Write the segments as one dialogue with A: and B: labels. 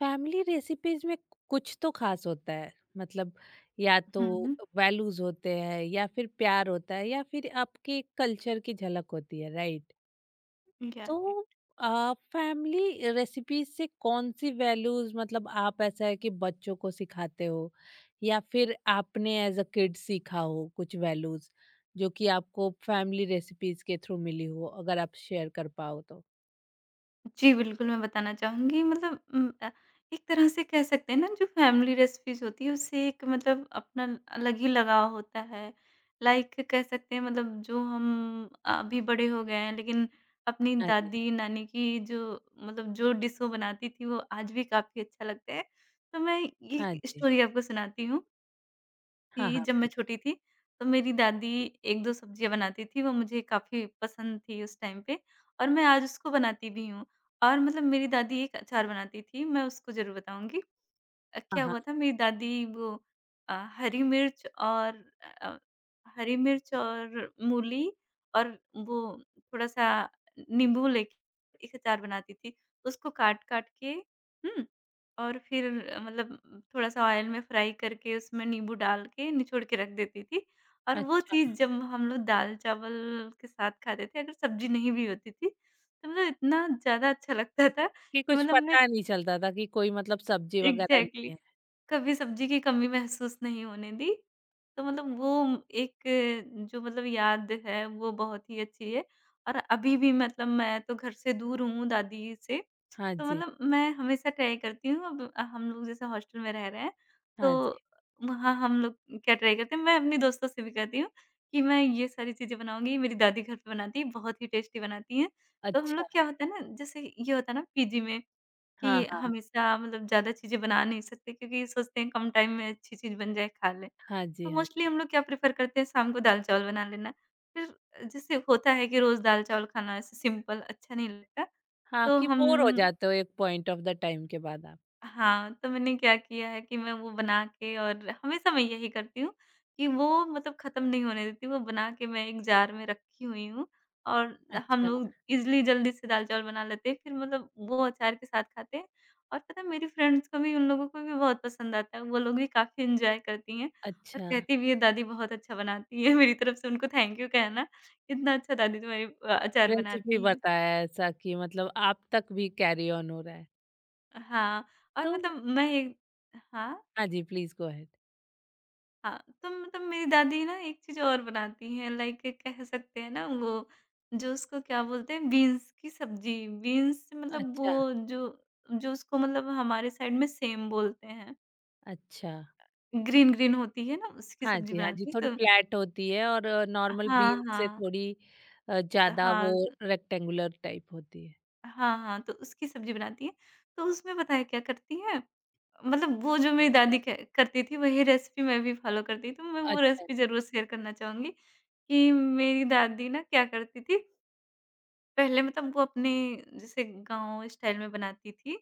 A: Family recipes में कुछ तो खास होता है। मतलब, या तो
B: हुँ, हुँ।
A: वैल्यूज होते हैं या फिर प्यार होता है या फिर आपके कल्चर की झलक होती है, राइट?
B: या एक
A: तो फैमिली रेसिपीज से कौन सी वैल्यूज, मतलब आप ऐसा है कि बच्चों को सिखाते हो, या फिर आपने एज अ किड सीखा हो कुछ वैल्यूज जो कि आपको फैमिली रेसिपीज के थ्रू मिली हो, अगर आप शेयर कर पाओ तो।
B: जी, बिल्कुल, मैं बताना चाहूँगी मतलब एक तरह से कह सकते हैं ना, जो फैमिली रेसिपीज़ होती है, उससे एक मतलब अपना अलग ही लगाव होता है। लाइक कह सकते हैं, मतलब जो हम अभी बड़े हो गए हैं, लेकिन अपनी
A: हाँ जी।
B: दादी-नानी की जो, मतलब जो डिश वो बनाती थी, वो आज भी काफ़ी अच्छा लगता है। तो मैं ये
A: हाँ
B: एक
A: जी।
B: स्टोरी आपको सुनाती हूँ।
A: हाँ,
B: कि
A: हाँ,
B: जब मैं
A: प्लीज
B: छोटी थी, तो मेरी दादी 1-2 सब्जियाँ बनाती थी, वो मुझे काफ़ी पसंद थी उस टाइम पे, और मैं आज उसको बनाती भी हूँ। और मतलब मेरी दादी एक अचार बनाती थी, मैं उसको ज़रूर बताऊँगी। क्या
A: हाँ,
B: हुआ था, मेरी दादी वो अ, हरी मिर्च और अ, हरी मिर्च और मूली और वो थोड़ा-सा नींबू लेके एक अचार बनाती थी। उसको काट-काट के और फिर मतलब थोड़ा-सा ऑयल में फ्राई करके उसमें नींबू डाल के निचोड़ के रख देती थी, और
A: हाँ,
B: वो चीज़ जब हम लोग दाल-चावल के साथ खाते थे, अगर सब्ज़ी नहीं भी होती थी, तो मतलब इतना ज़्यादा अच्छा लगता था
A: कि
B: कि
A: कुछ
B: मतलब मैं।
A: पता नहीं चलता था कि कोई, मतलब सब्जी वगैरह
B: एग्ज़ैक्टली।
A: नहीं है।
B: कभी सब्ज़ी की कमी महसूस नहीं होने दी। तो मतलब वो एक, जो मतलब याद है, वो बहुत ही अच्छी है, और अभी भी मतलब मैं तो घर से दूर हूँ दादी से,
A: हाँ
B: तो
A: जी,
B: मतलब मैं हमेशा ट्राई करती हूँ। अब हम लोग जैसे हॉस्टल में रह रहे हैं,
A: हाँ
B: तो
A: जी।
B: वहाँ हम लोग क्या ट्राई करते हैं, मैं अपने दोस्तों से भी कहती हूँ कि मैं ये सारी चीज़ें बनाऊँगी, मेरी दादी घर पे बनाती है, बहुत ही टेस्टी बनाती हैं। तो हम
A: अच्छा।
B: लोग, क्या होता है ना, जैसे ये होता है ना पीजी में,
A: हाँ,
B: कि
A: हाँ।
B: हमेशा मतलब ज़्यादा चीज़ें बना नहीं सकते, क्योंकि सोचते हैं कम टाइम में अच्छी चीज़ बन जाए, खा लें।
A: हाँ
B: तो
A: जी, हाँ।
B: मोस्टली हम लोग क्या प्रेफ़र करते हैं, शाम को दाल-चावल बना लेना। फिर जैसे होता है कि रोज़ दाल-चावल खाना ऐसे सिंपल अच्छा नहीं लगता।
A: हाँ,
B: तो
A: कि
B: हम
A: बोर हो जाते हो एक पॉइंट ऑफ द टाइम के बाद आप।
B: हाँ, तो मैंने क्या किया है कि मैं वो बना के, और हमेशा मैं यही करती हूँ कि वो मतलब ख़त्म नहीं होने देती, वो बना के मैं एक जार में रखी हुई हूँ, और हम
A: अच्छा,
B: लोग इज़िली जल्दी से दाल-चावल बना लेते हैं, फिर मतलब वो अचार के साथ खाते हैं। और पता है, मेरी फ्रेंड्स को भी, उन लोगों को भी बहुत पसंद आता है, वो लोग भी काफ़ी एन्जॉय करती हैं और
A: अच्छा।
B: कहती भी है, "दादी बहुत अच्छा बनाती है।" मेरी तरफ से उनको थैंक यू कहना, "इतना अच्छा दादी तुम्हारी अचार
A: रेसिपी
B: बनाती हैं।"
A: बताया ऐसा कि मतलब आप तक भी कैरी ऑन हो रहा है।
B: हाँ, और
A: तो
B: मतलब मैं एक। हाँ?
A: हाँ जी, प्लीज़ गो अहेड।
B: हाँ, तो मतलब मेरी दादी ना एक चीज़ और बनाती हैं, लाइक कह सकते हैं ना, वो जो उसको क्या बोलते हैं, बीन्स की सब्जी। बीन्स मतलब वो
A: अच्छा,
B: जो, जो उसको मतलब हमारे साइड में सेम बोलते हैं।
A: अच्छा।
B: ग्रीन ग्रीन होती है ना, उसकी
A: हाँ
B: सब्जी
A: जी, हाँ जी,
B: बनाती है।
A: थोड़ी
B: तो
A: फ्लैट होती है और नॉर्मल
B: हाँ,
A: बीन से
B: हाँ,
A: थोड़ी ज़्यादा
B: हाँ,
A: वो रेक्टेंगुलर टाइप होती है।
B: हाँ, हाँ, तो उसकी सब्जी बनाती है। तो उसमें पता है क्या करती है, मतलब वो जो मेरी दादी करती थी, वही रेसिपी मैं भी फॉलो करती थी, तो मैं वो
A: अच्छा,
B: रेसिपी जरूर शेयर करना चाहूंगी। कि मेरी दादी ना क्या करती थी, पहले मतलब वो अपने जैसे गाँव स्टाइल में बनाती थी।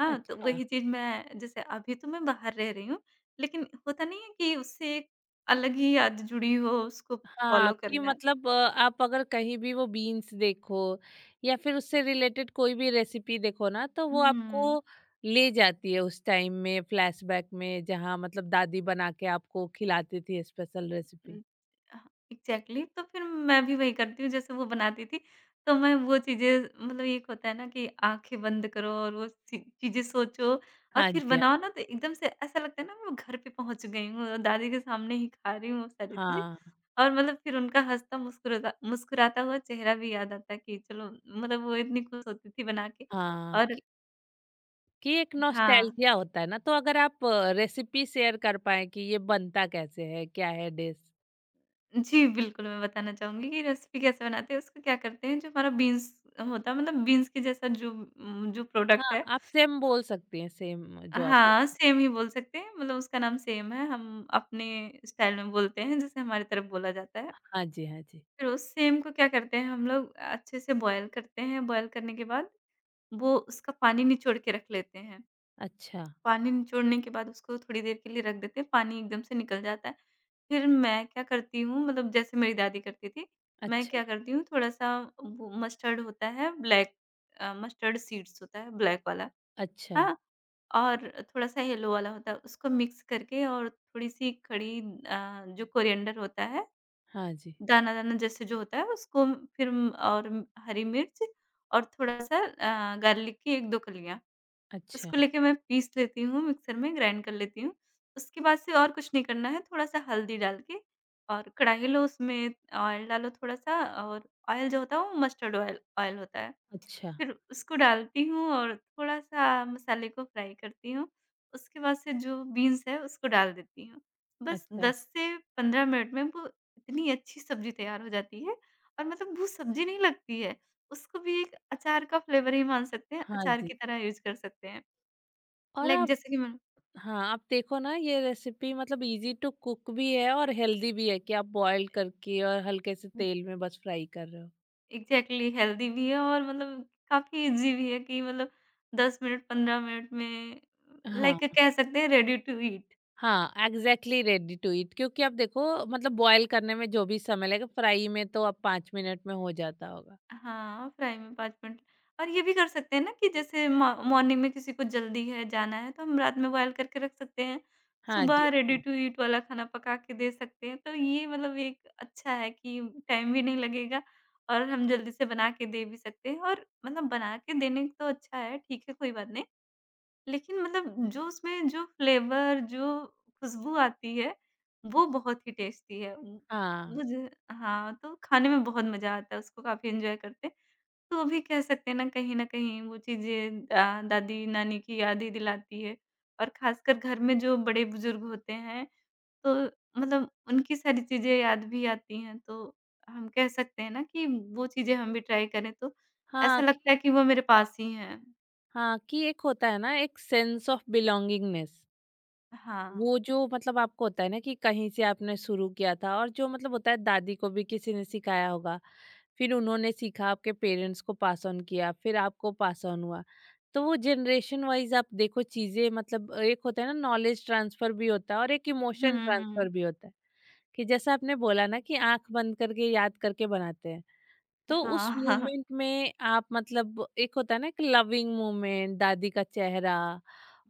B: हाँ, तो
A: अच्छा।
B: वही चीज़ मैं, जैसे अभी तो मैं बाहर रह रही हूँ, लेकिन होता नहीं है कि उससे एक अलग ही याद जुड़ी हो, उसको
A: हाँ,
B: फ़ॉलो
A: कि
B: करना।
A: मतलब आप अगर कहीं भी वो बीन्स देखो या फिर उससे रिलेटेड कोई भी रेसिपी देखो ना, तो वो
B: हुँ।
A: आपको ले जाती है उस टाइम में, फ्लैशबैक में, जहाँ मतलब दादी बना के आपको खिलाती थी स्पेशल रेसिपी।
B: उम, हाँ, एग्ज़ैक्टली। तो फिर मैं भी वही करती हूँ, जैसे वो बनाती थी। तो मैं वो चीज़ें मतलब, एक होता है ना, कि आँखें बंद करो और वो सी चीज़ें सोचो और
A: हाँ
B: फिर
A: जी, हाँ
B: बनाओ
A: जी।
B: ना, तो एकदम से ऐसा लगता है ना, मैं घर पे पहुँच गई हूँ और दादी के सामने ही खा रही हूँ वो सारी चीज़ें।
A: हाँ,
B: और मतलब फिर उनका हँसता, मुस्कुराता मुस्कुराता हुआ चेहरा भी याद आता है, कि चलो, मतलब वो इतनी खुश होती थी बना के,
A: हाँ,
B: और
A: कि एक
B: हाँ।
A: नॉस्टैल्जिया होता है ना, तो अगर आप रेसिपी शेयर कर पाएँ कि ये बनता कैसे है, क्या है डिश?
B: जी, बिल्कुल, मैं बताना चाहूँगी कि रेसिपी कैसे बनाते हैं, उसको क्या करते हैं। जो हमारा बीन्स होता है, मतलब बीन्स के जैसा जो जो प्रोडक्ट
A: हाँ,
B: है।
A: आप सेम बोल सकती हैं, सेम जो आप।
B: हाँ, सेम ही बोल सकते हैं, मतलब उसका नाम सेम है, हम अपने स्टाइल में बोलते हैं, जैसे हमारी तरफ बोला जाता है।
A: हाँ जी, हाँ जी।
B: फिर उस सेम को क्या करते हैं, हम लोग अच्छे से बॉयल करते हैं, बॉयल करने के बाद वो उसका पानी निचोड़ के रख लेते हैं।
A: अच्छा,
B: पानी निचोड़ने के बाद उसको थोड़ी देर के लिए रख देते हैं, पानी एकदम से निकल जाता है। फिर मैं क्या करती हूँ, मतलब जैसे मेरी दादी करती थी, मैं
A: अच्छा,
B: क्या करती हूँ, थोड़ा-सा, वो मस्टर्ड होता है ब्लैक, मस्टर्ड सीड्स होता है ब्लैक वाला,
A: अच्छा।
B: हाँ? और थोड़ा-सा येलो वाला होता है, उसको मिक्स करके, और थोड़ी-सी खड़ी जो कोरिएंडर होता है,
A: हाँ जी।
B: दाना-दाना जैसे जो होता है उसको, फिर हरी मिर्च, और थोड़ा-सा गार्लिक की 1-2 कलियाँ।
A: अच्छा,
B: उसको लेके मैं पीस लेती हूँ, मिक्सर में ग्राइंड कर लेती हूँ। उसके बाद से और कुछ नहीं करना है, थोड़ा-सा हल्दी डाल के, और कढ़ाई लो, उसमें ऑयल डालो थोड़ा-सा, और ऑयल जो होता है, वो मस्टर्ड ऑयल ऑयल होता है।
A: अच्छा,
B: फिर उसको डालती हूँ, और थोड़ा-सा मसाले को फ्राई करती हूँ। उसके बाद से जो बीन्स है उसको डाल देती हूँ। बस
A: अच्छा।
B: 10 से 15 मिनट में वो इतनी अच्छी सब्ज़ी तैयार हो जाती है, और मतलब वो सब्ज़ी नहीं लगती है। उसको भी एक अचार का फ्लेवर ही मान सकते हैं,
A: हाँ
B: अचार
A: जी।
B: की तरह यूज़ कर सकते हैं।
A: और
B: लाइक
A: आप
B: जैसे कि मैं।
A: हाँ, आप देखो ना, ये रेसिपी मतलब ईज़ी टू कुक भी है और हेल्दी भी है कि आप बॉयल करके और हल्के से तेल में बस फ्राई कर रहे हो।
B: एग्ज़ैक्टली, हेल्दी भी है और मतलब काफ़ी ईज़ी भी है, कि मतलब 10 मिनट 15 मिनट में,
A: हाँ,
B: लाइक कह सकते हैं, रेडी टू ईट।
A: हाँ, एग्ज़ैक्टली रेडी टू ईट। क्योंकि आप देखो मतलब बॉयल करने में जो भी समय लगेगा, फ्राई में तो अब 5 मिनट में हो जाता होगा।
B: हाँ, फ्राई में 5 मिनट, और ये भी कर सकते हैं ना, कि जैसे मॉ मॉर्निंग में किसी को जल्दी है, जाना है, तो हम रात में बॉयल करके रख सकते हैं।
A: हाँ
B: सुबह
A: जी, हाँ
B: रेडी
A: जी।
B: टू ईट वाला खाना पका के दे सकते हैं। तो ये मतलब एक अच्छा है कि टाइम भी नहीं लगेगा, और हम जल्दी से बना के दे भी सकते हैं, और मतलब बना के देने को तो अच्छा है, ठीक है, कोई बात नहीं। लेकिन मतलब जो उसमें जो फ्लेवर, जो खुशबू आती है, वो बहुत ही टेस्टी है। उम,
A: हाँ,
B: मुझे हाँ, तो खाने में बहुत मज़ा आता है, उसको काफ़ी एन्जॉय करते हैं। तो वो भी कह सकते हैं ना, कहीं न कहीं वो चीज़ें दादी-नानी की याद ही दिलाती है, और ख़ासकर घर में जो बड़े-बुज़ुर्ग होते हैं, तो मतलब उनकी सारी चीज़ें याद भी आती हैं। तो हम कह सकते हैं ना, कि वो चीज़ें हम भी ट्राई करें, तो ऐसा
A: हाँ कि
B: लगता है कि वो मेरे पास ही हैं।
A: हाँ, कि एक होता है ना, एक सेंस ऑफ बिलॉन्गिंगनेस।
B: हाँ।
A: वो जो मतलब आपको होता है ना कि कहीं से आपने शुरू किया था, और जो मतलब होता है, दादी को भी किसी ने सिखाया होगा। फिर उन्होंने सीखा, आपके पेरेंट्स को पास ऑन किया, फिर आपको पास ऑन हुआ। तो वो जनरेशन वाइज आप देखो चीजें, मतलब एक होता है ना नॉलेज ट्रांसफर भी होता है और एक
B: हुँ,
A: इमोशन
B: हुँ,
A: ट्रांसफर
B: हुँ।
A: भी होता है। कि जैसा आपने बोला ना कि आंख बंद करके याद करके बनाते हैं, तो
B: हाँ,
A: उस
B: हाँ।
A: मोमेंट में आप, मतलब एक होता है ना एक लविंग मोमेंट, दादी का चेहरा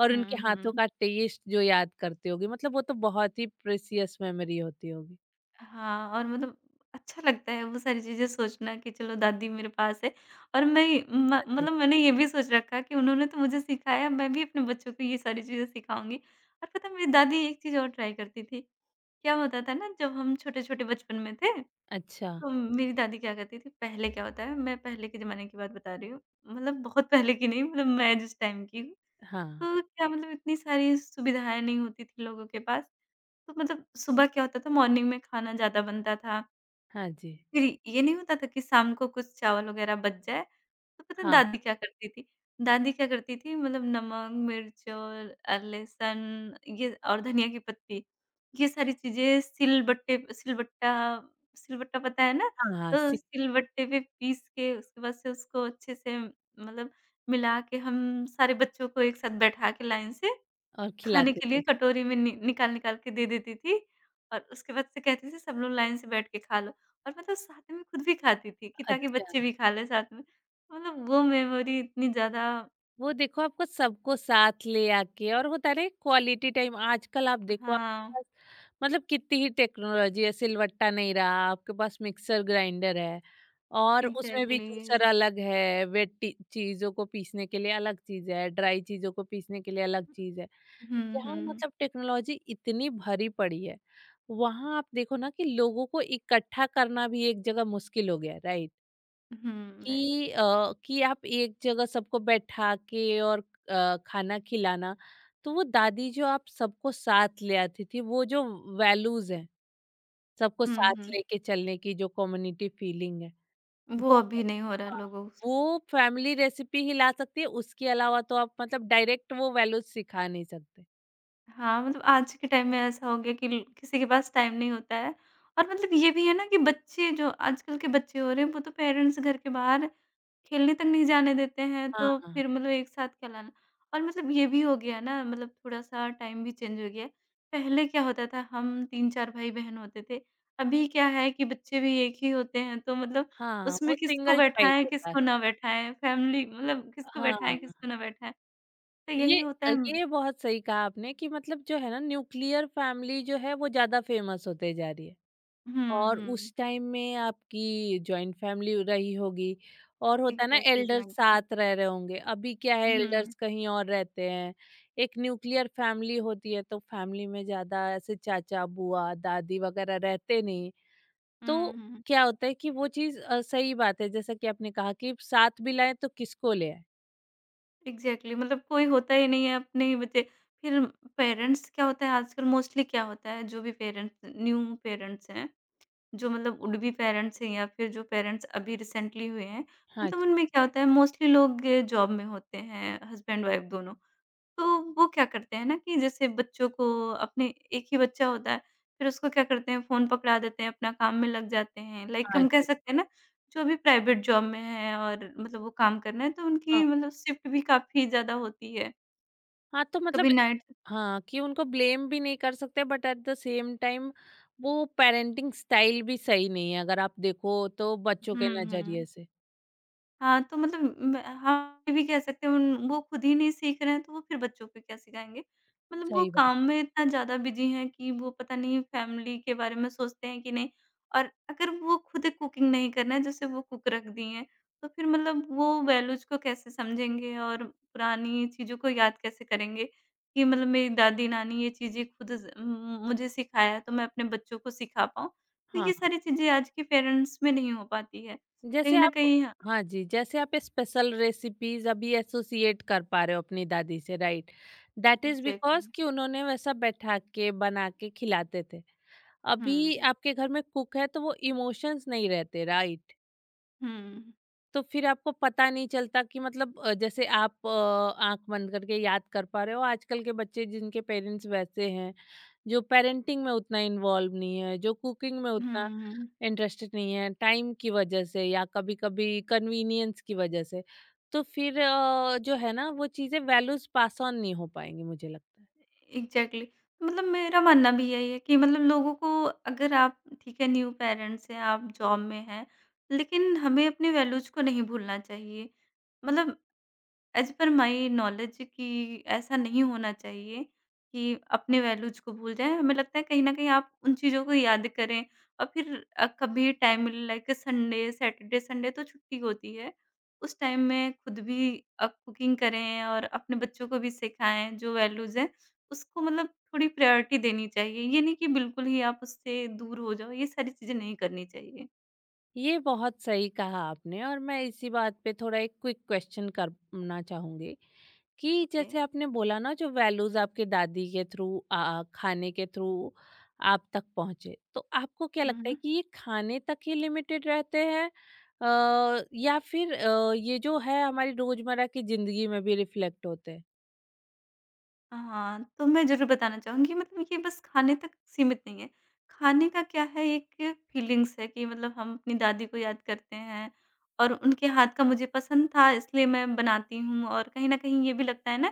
A: और उनके
B: हुँ,
A: हाथों
B: हुँ।
A: का टेस्ट जो याद करते होगे, मतलब वो तो बहुत ही प्रेसियस मेमोरी होती होगी।
B: हाँ, और मतलब अच्छा लगता है वो सारी चीज़ें सोचना, कि चलो दादी मेरे पास है, और मैं म
A: हाँ जी।
B: मतलब मैंने ये भी सोच रखा, कि उन्होंने तो मुझे सिखाया, मैं भी अपने बच्चों को ये सारी चीज़ें सिखाऊँगी। और पता है मेरी दादी एक चीज़ और ट्राई करती थी, क्या होता था ना, जब हम छोटे-छोटे बचपन में थे,
A: अच्छा।
B: तो मेरी दादी क्या करती थी, पहले क्या होता है, मैं पहले के ज़माने की बात बता रही हूँ, मतलब बहुत पहले की नहीं, मतलब मैं जिस टाइम की हूँ,
A: हाँ।
B: तो क्या मतलब इतनी सारी सुविधाएँ नहीं होती थी लोगों के पास। तो मतलब सुबह क्या होता था, मॉर्निंग में खाना ज़्यादा बनता था।
A: हाँ जी।
B: फिर ये नहीं होता था कि शाम को कुछ चावल वग़ैरह बच जाए, तो पता है
A: हाँ।
B: दादी क्या करती थी? दादी क्या करती थी, मतलब नमक, मिर्च और लहसुन, ये और धनिया की पत्ती, ये सारी चीज़ें सिलबट्टे सिलबट्टा सिलबट्टा पता है ना?
A: हाँ, हाँ,
B: तो
A: सिक
B: सिलबट्टे पे पीस के उसके बाद से उसको अच्छे से मतलब मिला के हम सारे बच्चों को एक साथ बैठा के लाइन से
A: और
B: खाने
A: खिलाते
B: के लिए
A: थे।
B: कटोरी में नि निकाल-निकाल के दे देती थी। और उसके बाद से कहती थी, सब लोग लाइन से बैठ के खा लो। और मतलब साथ में खुद भी खाती थी कि ताकि बच्चे भी
A: अच्छा।
B: खा लें साथ में। मतलब वो मेमोरी इतनी ज़्यादा
A: वो देखो, आपको सबको साथ ले आके, और होता है ना क्वालिटी टाइम। आजकल आप देखो आपके
B: हाँ,
A: पास मतलब कितनी ही टेक्नोलॉजी है। सिलवट्टा नहीं रहा आपके पास, मिक्सर ग्राइंडर है। और उसमें भी
B: एग्ज़ैक्टली।
A: जूसर अलग है, वेट चीजों को पीसने के लिए अलग चीज है, ड्राई चीजों को पीसने के लिए अलग चीज है।
B: हुँ,
A: जहाँ
B: हुँ।
A: मतलब टेक्नोलॉजी इतनी भरी पड़ी है, वहां आप देखो ना कि लोगों को इकट्ठा करना भी एक जगह मुश्किल हो गया, राइट?
B: हुँ, राइट।
A: कि अ, कि आप एक जगह सबको बैठा के और खाना खिलाना, तो वो दादी जो आप सबको साथ ले आती थी, वो जो वैल्यूज़ हैं, सबको
B: हुँ,
A: साथ
B: हुँ।
A: लेके चलने की जो कम्युनिटी फीलिंग है,
B: वो
A: वो
B: अभी नहीं हो रहा है
A: हाँ,
B: लोगों स
A: वो फैमिली रेसिपी ही ला सकती है, उसके अलावा तो आप मतलब डायरेक्ट वो वैल्यूज़ सिखा नहीं सकते।
B: हाँ, मतलब आज के टाइम में ऐसा हो गया कि ल किसी के पास टाइम नहीं होता है। और मतलब ये भी है ना कि बच्चे जो आजकल के बच्चे हो रहे हैं वो तो पेरेंट्स घर के बाहर खेलने तक नहीं जाने देते हैं, तो
A: हाँ,
B: फिर मतलब एक साथ खिलाना। और मतलब ये भी हो गया ना, मतलब थोड़ा-सा टाइम भी चेंज हो गया है। पहले क्या होता था हम 3-4 भाई-बहन होते थे, अभी क्या है कि बच्चे भी एक ही होते हैं, तो मतलब
A: हाँ,
B: उसमें
A: वो
B: किसको
A: सिंगल
B: बैठाएँ,
A: चाइल्ड होता है।
B: किसको ना बैठाएँ, फैमिली मतलब किसको
A: हाँ,
B: बैठाएँ, किसको ना बैठाएँ, तो यही
A: ये
B: होता है।
A: ये बहुत सही कहा आपने कि मतलब जो है ना न्यूक्लियर फैमिली जो है वो ज़्यादा फेमस होते जा रही है।
B: हुँ,
A: और
B: हुँ।
A: उस टाइम में आपकी जॉइंट फैमिली रही होगी, और होता है ना
B: एग्ज़ैक्टली
A: एल्डर्स
B: जॉइंट फैमिली।
A: साथ रह रहे होंगे। अभी क्या है,
B: हुँ,
A: एल्डर्स कहीं और रहते हैं। एक न्यूक्लियर फैमिली होती है, तो फैमिली में ज़्यादा ऐसे चाचा, बुआ, दादी वगैरह रहते नहीं। तो
B: हुँ, हुँ।
A: क्या होता है कि वो चीज़, सही बात है जैसा कि आपने कहा कि साथ भी लाएं तो किसको ले आए।
B: एग्ज़ैक्टली, मतलब कोई होता ही नहीं है अपने ही बच्चे। फिर पेरेंट्स क्या होता है आजकल मोस्टली क्या होता है, जो भी पेरेंट्स न्यू पेरेंट्स हैं, जो मतलब वुड बी पेरेंट्स हैं या फिर जो पेरेंट्स अभी रिसेंटली हुए हैं,
A: हाँ
B: मतलब
A: जी,
B: उनमें क्या होता है मोस्टली लोग जॉब में होते हैं, हस्बैंड-वाइफ दोनों। तो वो क्या करते हैं ना कि जैसे बच्चों को अपने एक ही बच्चा होता है, फिर उसको क्या करते हैं फ़ोन पकड़ा देते हैं, अपना काम में लग जाते हैं। लाइक
A: हाँ
B: हम कह
A: जी,
B: सकते हैं ना, जो अभी प्राइवेट जॉब में है और मतलब वो काम कर रहे हैं तो
A: हाँ,
B: उनकी मतलब शिफ्ट भी काफ़ी ज़्यादा होती है।
A: हाँ, तो मतलब,
B: कभी नाइट।
A: हाँ, कि उनको ब्लेम भी नहीं कर सकते, but at the same time वो पेरेंटिंग स्टाइल भी सही नहीं है अगर आप देखो तो, बच्चों के
B: हुँ,
A: नज़रिए
B: हुँ।
A: से।
B: हाँ, तो मतलब हाँ, ये भी कह सकते हैं उन वो खुद ही नहीं सीख रहे हैं, तो वो फिर बच्चों को क्या सिखाएँगे? मतलब वो
A: सही बात।
B: काम में इतना ज़्यादा बिज़ी हैं कि वो पता नहीं फैमिली के बारे में सोचते हैं कि नहीं। और अगर वो खुद कुकिंग नहीं कर रहे हैं, जैसे वो कुक रख दिए हैं, तो फिर मतलब वो वैल्यूज़ को कैसे समझेंगे और पुरानी चीज़ों को याद कैसे करेंगे कि मतलब मेरी दादी-नानी ये चीज़ें खुद मुझे सिखाया है, तो मैं अपने बच्चों को सिखा पाऊँ। तो ये
A: हाँ,
B: सारी चीज़ें आज के पेरेंट्स में नहीं हो पाती है।
A: जैसे
B: कहीं न
A: आप
B: कहीं
A: हाँ जी, जैसे आप स्पेशल रेसिपीज़ अभी एसोसिएट कर पा रहे हो अपनी दादी से, right? That is because
B: exactly.
A: कि उन्होंने वैसा बैठा के, बना के खिलाते थे।
B: हुँ।
A: अभी आपके घर में कुक है तो वो इमोशंस नहीं रहते, राइट?
B: हुँ।
A: तो फिर आपको पता नहीं चलता कि, मतलब जैसे आप आंख बंद करके याद कर पा रहे हो। आजकल के बच्चे जिनके पेरेंट्स वैसे हैं, जो पेरेंटिंग में उतना इन्वॉल्व नहीं है, जो कुकिंग में उतना
B: हुँ,
A: इंटरेस्टेड नहीं है टाइम की वजह से, या कभी कभी कन्वीनियंस की वजह से, तो फिर जो है ना वो चीज़ें, वैल्यूज पास ऑन नहीं हो पाएंगी, मुझे लगता है।
B: एग्ज़ैक्टली। मतलब मेरा मानना भी यही है कि मतलब लोगों को अगर आप ठीक है न्यू पेरेंट्स हैं, आप जॉब में हैं, लेकिन हमें अपने वैल्यूज़ को नहीं भूलना चाहिए। मतलब एज़ पर माई नॉलेज कि ऐसा नहीं होना चाहिए कि अपने वैल्यूज़ को भूल जाएँ। हमें लगता है कहीं न कहीं आप उन चीज़ों को याद करें और फिर कभी टाइम मिले लाइक संडे, सैटरडे, संडे तो छुट्टी होती है। उस टाइम में खुद भी कुकिंग करें और अपने बच्चों को भी सिखाएँ जो वैल्यूज़ हैं, उसको मतलब थोड़ी प्रायोरिटी देनी चाहिए। ये नहीं कि बिल्कुल ही आप उससे दूर हो जाओ, ये सारी चीज़ें नहीं करनी चाहिए।
A: ये बहुत सही कहा आपने, और मैं इसी बात पे थोड़ा एक क्विक क्वेश्चन करना चाहूंगी, कि
B: ओके।
A: जैसे आपने बोला ना जो वैल्यूज आपके दादी के थ्रू, आ खाने के थ्रू आप तक पहुंचे, तो आपको क्या
B: हुँ,
A: लगता है
B: हुँ।
A: कि ये खाने तक ही लिमिटेड रहते हैं, या फिर ये जो है हमारी रोजमर्रा की जिंदगी में भी रिफ्लेक्ट होते हैं?
B: हाँ, तो मैं ज़रूर बताना चाहूँगी मतलब ये बस खाने तक सीमित नहीं है। खाने का क्या है एक फीलिंग्स है कि मतलब हम अपनी दादी को याद करते हैं और उनके हाथ का मुझे पसंद था इसलिए मैं बनाती हूँ और कहीं न कहीं ये भी लगता है ना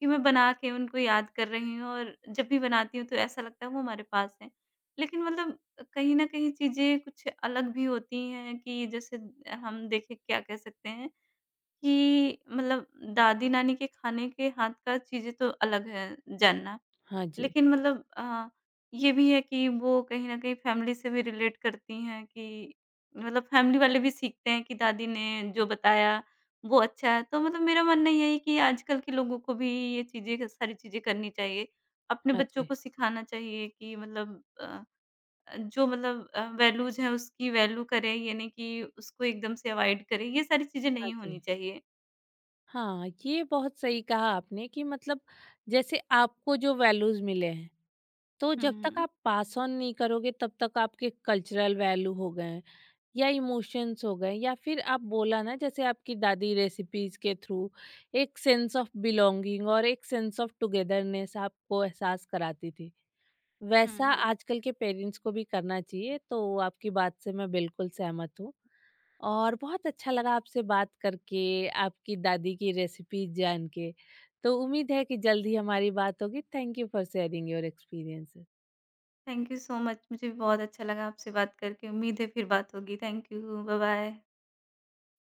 B: कि मैं बना के उनको याद कर रही हूँ और जब भी बनाती हूँ तो ऐसा लगता है वो हमारे पास हैं। लेकिन मतलब कहीं न कहीं चीज़ें कुछ अलग भी होती हैं कि जैसे हम देखें क्या कह सकते हैं कि मतलब दादी-नानी के खाने के हाथ का चीज़ें तो अलग है जानना।
A: हाँ जी।
B: लेकिन मतलब ये भी है कि वो कहीं न कहीं फैमिली से भी रिलेट करती हैं कि मतलब फैमिली वाले भी सीखते हैं कि दादी ने जो बताया वो अच्छा है। तो मतलब मेरा मानना यही है कि आजकल के लोगों को भी ये चीज़ें सारी चीज़ें करनी चाहिए। अपने
A: हाँ
B: बच्चों
A: जी।
B: को सिखाना चाहिए कि मतलब जो मतलब वैल्यूज़ हैं उसकी वैल्यू करें, ये नहीं कि उसको एकदम से अवॉइड करें। ये सारी चीज़ें
A: हाँ
B: नहीं होनी
A: जी।
B: चाहिए।
A: हाँ, ये बहुत सही कहा आपने कि मतलब जैसे आपको जो वैल्यूज मिले हैं, तो
B: हुँ,
A: जब तक
B: हुँ।
A: आप पास ऑन नहीं करोगे, तब तक आपके कल्चरल वैल्यू हो गए हैं, या इमोशंस हो गए, या फिर आप बोला ना, जैसे आपकी दादी रेसिपीज के थ्रू एक सेंस ऑफ बिलोंगिंग और एक सेंस ऑफ टुगेदरनेस आपको एहसास कराती थी,
B: हुँ,
A: वैसा
B: हुँ।
A: आजकल के पेरेंट्स को भी करना चाहिए। तो आपकी बात से मैं बिल्कुल सहमत हूँ, और बहुत अच्छा लगा आपसे बात करके, आपकी दादी की रेसिपीज जान के। तो उम्मीद है कि जल्द ही हमारी बात होगी। Thank you for sharing your experiences.
B: Thank you so much, मुझे भी बहुत अच्छा लगा आपसे बात करके। उम्मीद है फिर बात होगी। Thank you. बाय-बाय।